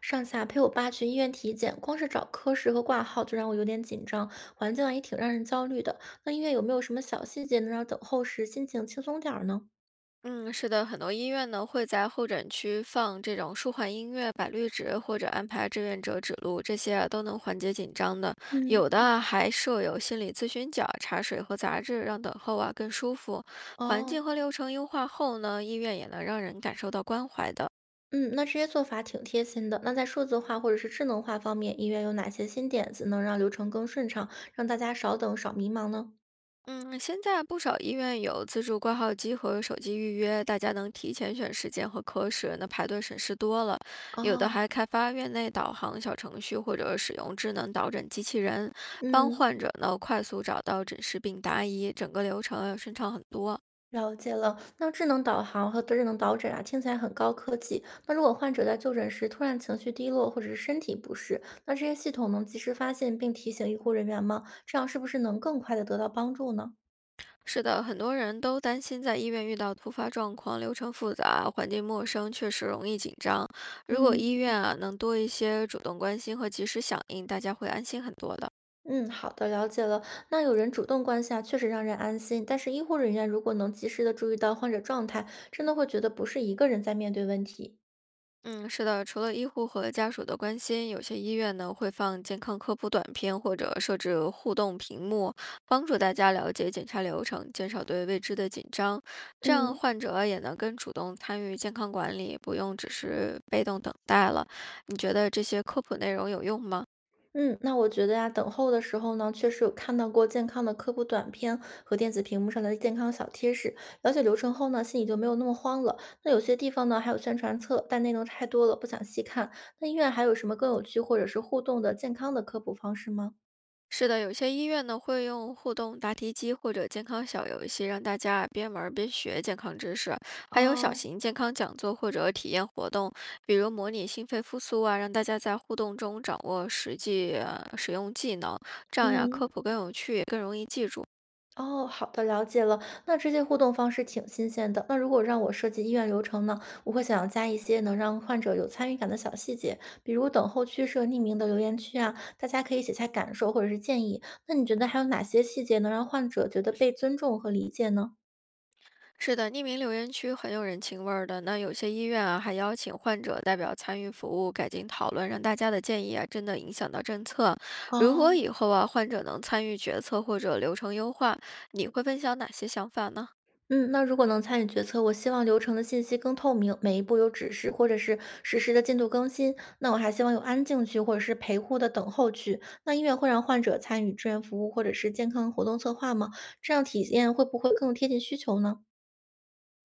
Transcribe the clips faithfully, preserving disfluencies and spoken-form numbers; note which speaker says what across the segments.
Speaker 1: 上次啊，陪我爸去医院体检，光是找科室和挂号就让我有点紧张，环境啊也挺让人焦虑的。那医院有没有什么小细节能让等候时心情轻松点儿呢？
Speaker 2: 嗯，是的，很多医院呢会在候诊区放这种舒缓音乐、摆绿植，或者安排志愿者指路，这些啊都能缓解紧张的。
Speaker 1: 嗯，
Speaker 2: 有的啊还设有心理咨询角、茶水和杂志，让等候啊更舒服。环
Speaker 1: 哦，
Speaker 2: 境和流程优化后呢，医院也能让人感受到关怀的。
Speaker 1: 嗯，那这些做法挺贴心的。那在数字化或者是智能化方面，医院有哪些新点子能让流程更顺畅，让大家少等少迷茫呢？
Speaker 2: 嗯，现在不少医院有自助挂号机和手机预约，大家能提前选时间和科室，那排队省事多了。有的
Speaker 1: 哦，
Speaker 2: 还开发院内导航小程序，或者使用智能导诊机器人，帮
Speaker 1: 嗯。
Speaker 2: 患者呢快速找到诊室并答疑，整个流程要顺畅很多。
Speaker 1: 了解了，那智能导航和智能导诊啊，听起来很高科技。那如果患者在就诊时突然情绪低落或者是身体不适，那这些系统能及时发现并提醒医护人员吗？这样是不是能更快的得到帮助呢？
Speaker 2: 是的，很多人都担心在医院遇到突发状况，流程复杂，环境陌生，确实容易紧张。如果
Speaker 1: 嗯
Speaker 2: 医院啊能多一些主动关心和及时响应，大家会安心很多的。
Speaker 1: 嗯，好的，了解了。那有人主动关心啊确实让人安心。但是医护人员如果能及时的注意到患者状态，真的会觉得不是一个人在面对问题。
Speaker 2: 嗯，是的，除了医护和家属的关心，有些医院呢会放健康科普短片，或者设置互动屏幕，帮助大家了解检查流程，减少对未知的紧张。这样
Speaker 1: 嗯。
Speaker 2: 患者也能更主动参与健康管理，不用只是被动等待了。你觉得这些科普内容有用吗？
Speaker 1: 嗯，那我觉得呀，等候的时候呢，确实有看到过健康的科普短片和电子屏幕上的健康小贴士。了解流程后呢，心里就没有那么慌了。那有些地方呢，还有宣传册，但内容太多了，不想细看。那医院还有什么更有趣或者是互动的健康的科普方式吗？
Speaker 2: 是的，有些医院呢会用互动答题机或者健康小游戏，让大家啊边玩儿边学健康知识，还有小
Speaker 1: 哦，
Speaker 2: 型健康讲座或者体验活动，比如模拟心肺复苏啊，让大家在互动中掌握实际呃使用技能，这样呀
Speaker 1: 嗯。
Speaker 2: 科普更有趣，也更容易记住。
Speaker 1: 哦，好的，了解了。那这些互动方式挺新鲜的。那如果让我设计医院流程呢，我会想要加一些能让患者有参与感的小细节，比如等候区设匿名的留言区啊，大家可以写下感受或者是建议。那你觉得还有哪些细节能让患者觉得被尊重和理解呢？
Speaker 2: 是的，匿名留言区很有人情味儿的。那有些医院啊，还邀请患者代表参与服务改进讨论，让大家的建议啊真的影响到政策。如果
Speaker 1: 哦，
Speaker 2: 以后啊，患者能参与决策或者流程优化，你会分享哪些想法呢？
Speaker 1: 嗯，那如果能参与决策，我希望流程的信息更透明，每一步有指示或者是实时的进度更新。那我还希望有安静区或者是陪护的等候区。那医院会让患者参与志愿服务或者是健康活动策划吗？这样体验会不会更贴近需求呢？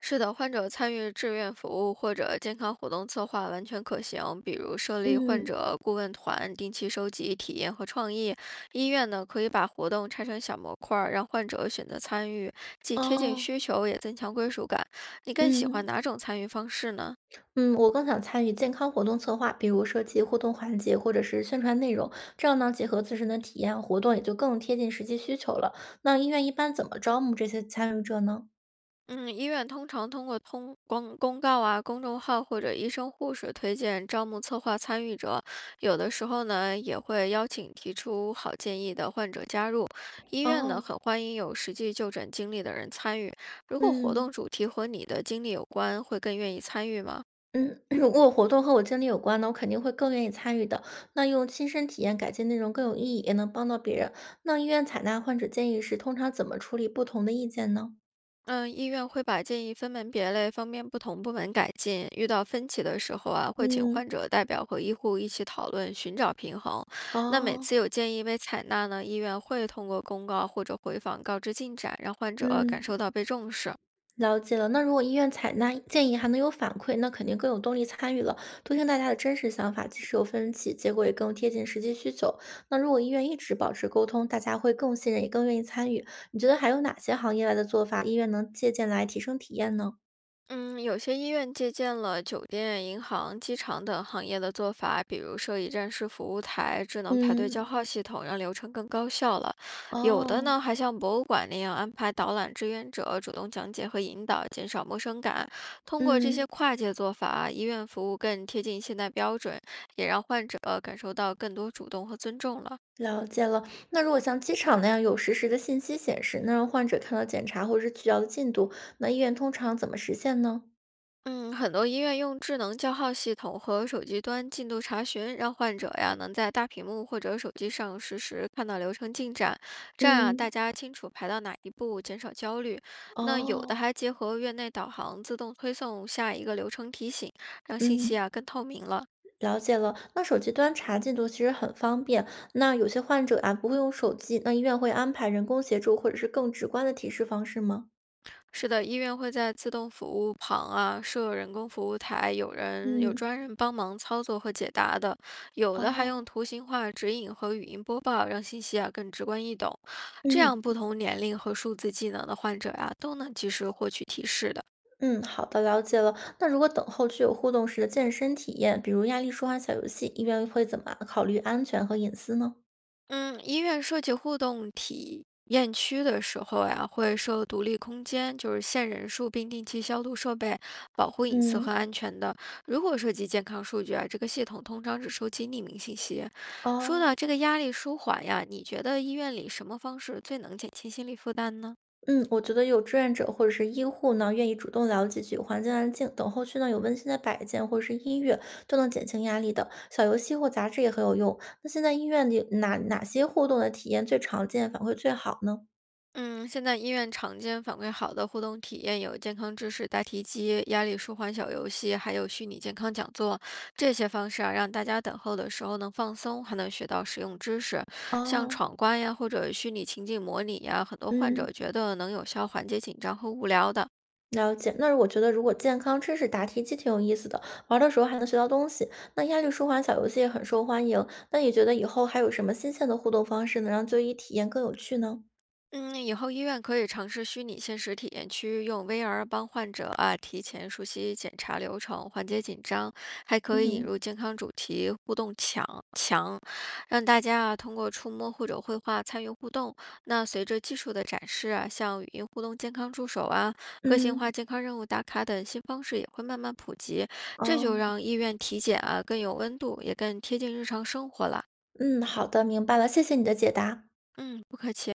Speaker 2: 是的，患者参与志愿服务或者健康活动策划完全可行，比如设立患
Speaker 1: 嗯，
Speaker 2: 者顾问团，定期收集体验和创意。医院呢，可以把活动拆成小模块儿，让患者选择参与，既贴近
Speaker 1: 哦，
Speaker 2: 需求，也增强归属感。你更喜欢
Speaker 1: 嗯。
Speaker 2: 哪种参与方式呢？
Speaker 1: 嗯，我更想参与健康活动策划，比如设计互动环节或者是宣传内容，这样呢结合自身的体验，活动也就更贴近实际需求了。那医院一般怎么招募这些参与者呢？
Speaker 2: 嗯，医院通常通过通公公告啊、公众号或者医生护士推荐招募策划参与者，有的时候呢也会邀请提出好建议的患者加入。医院呢
Speaker 1: 哦，
Speaker 2: 很欢迎有实际就诊经历的人参与。如果活动
Speaker 1: 嗯，
Speaker 2: 主题和你的经历有关，会更愿意参与吗？
Speaker 1: 嗯，如果活动和我经历有关呢，我肯定会更愿意参与的。那用亲身体验改进内容更有意义，也能帮到别人。那医院采纳患者建议时，通常怎么处理不同的意见呢？
Speaker 2: 嗯，医院会把建议分门别类，方便不同部门改进。遇到分歧的时候啊，会请患
Speaker 1: 嗯，
Speaker 2: 者代表和医护一起讨论，寻找平衡。那每
Speaker 1: 哦，
Speaker 2: 次有建议被采纳呢，医院会通过公告或者回访告知进展，让患者感
Speaker 1: 嗯，
Speaker 2: 受到被重视。
Speaker 1: 了解了。那如果医院采纳建议还能有反馈，那肯定更有动力参与了。多听大家的真实想法，即使有分歧，结果也更贴近实际需求。那如果医院一直保持沟通，大家会更信任，也更愿意参与。你觉得还有哪些行业外的做法，医院能借鉴来提升体验呢？
Speaker 2: 嗯，有些医院借鉴了酒店、银行、机场等行业的做法，比如设一站式服务台、智能排队
Speaker 1: 嗯。
Speaker 2: 叫号系统，让流程更高效了。有的
Speaker 1: 哦，
Speaker 2: 呢，还像博物馆那样安排导览志愿者主动讲解和引导，减少陌生感。通过这些
Speaker 1: 嗯，
Speaker 2: 跨界做法，医院服务更贴近现代标准，也让患者感受到更多主动和尊重了。
Speaker 1: 了解了。那如果像机场那样有实时的信息显示，那让患者看到检查或者是取药的进度，那医院通常怎么实现呢？
Speaker 2: 嗯，很多医院用智能叫号系统和手机端进度查询，让患者呀能在大屏幕或者手机上实时看到流程进展，这样啊
Speaker 1: 嗯，
Speaker 2: 大家清楚排到哪一步，减少焦虑。那有的
Speaker 1: 哦，
Speaker 2: 还结合院内导航，自动推送下一个流程提醒，让信息
Speaker 1: 嗯，
Speaker 2: 啊更透明了。
Speaker 1: 了解了。那手机端查进度其实很方便。那有些患者啊不会用手机，那医院会安排人工协助或者是更直观的提示方式吗？
Speaker 2: 是的，医院会在自动服务旁啊设人工服务台，有人有
Speaker 1: 嗯，
Speaker 2: 专人帮忙操作和解答的，有的还用
Speaker 1: 哦，
Speaker 2: 图形化指引和语音播报，让信息啊更直观易懂。这样，
Speaker 1: 嗯。
Speaker 2: 不同年龄和数字技能的患者呀、都能及时获取提示的。
Speaker 1: 嗯，好的，了解了。那如果等候区有互动式的健身体验，比如压力舒缓小游戏，医院会怎么考虑安全和隐私呢？
Speaker 2: 嗯，医院社区互动体验区的时候呀，会设独立空间，就是限人数，并定期消毒设备，保护隐私和
Speaker 1: 嗯，
Speaker 2: 安全的。如果涉及健康数据啊，这个系统通常只收集匿名信息。说
Speaker 1: 哦，
Speaker 2: 到这个压力舒缓呀，你觉得医院里什么方式最能减轻心理负担呢？
Speaker 1: 嗯，我觉得有志愿者或者是医护呢，愿意主动了解具有环境安静，等候区呢有温馨的摆件或者是音乐，都能减轻压力的。小游戏或杂志也很有用。那现在医院里哪哪些互动的体验最常见，反馈最好呢？
Speaker 2: 嗯，现在医院常见反馈好的互动体验有健康知识答题机、压力舒缓小游戏，还有虚拟健康讲座。这些方式啊，让大家等候的时候能放松，还能学到实用知识。像
Speaker 1: 哦，
Speaker 2: 闯关呀，或者虚拟情景模拟呀，很多患者
Speaker 1: 嗯。
Speaker 2: 觉得能有效缓解紧张和无聊的。
Speaker 1: 了解，那我觉得如果健康知识答题机挺有意思的，玩的时候还能学到东西。那压力舒缓小游戏也很受欢迎。那你觉得以后还有什么新鲜的互动方式能让就医体验更有趣呢？
Speaker 2: 嗯，以后医院可以尝试虚拟现实体验区，用 V R 帮患者啊提前熟悉检查流程，缓解紧张，还可
Speaker 1: 嗯
Speaker 2: 以引
Speaker 1: 哼
Speaker 2: 入健康主题互动墙墙，让大家啊通过触摸或者绘画参与互动。那随着技术的展示啊，像语音互动健康助手啊、个性
Speaker 1: 嗯，
Speaker 2: 化健康任务打卡等新方式也会慢慢普及，这就
Speaker 1: 哦，
Speaker 2: 让医院体检啊更有温度，也更贴近日常生活了。
Speaker 1: 嗯，好的，明白了，谢谢你的解答。
Speaker 2: 嗯，不客气。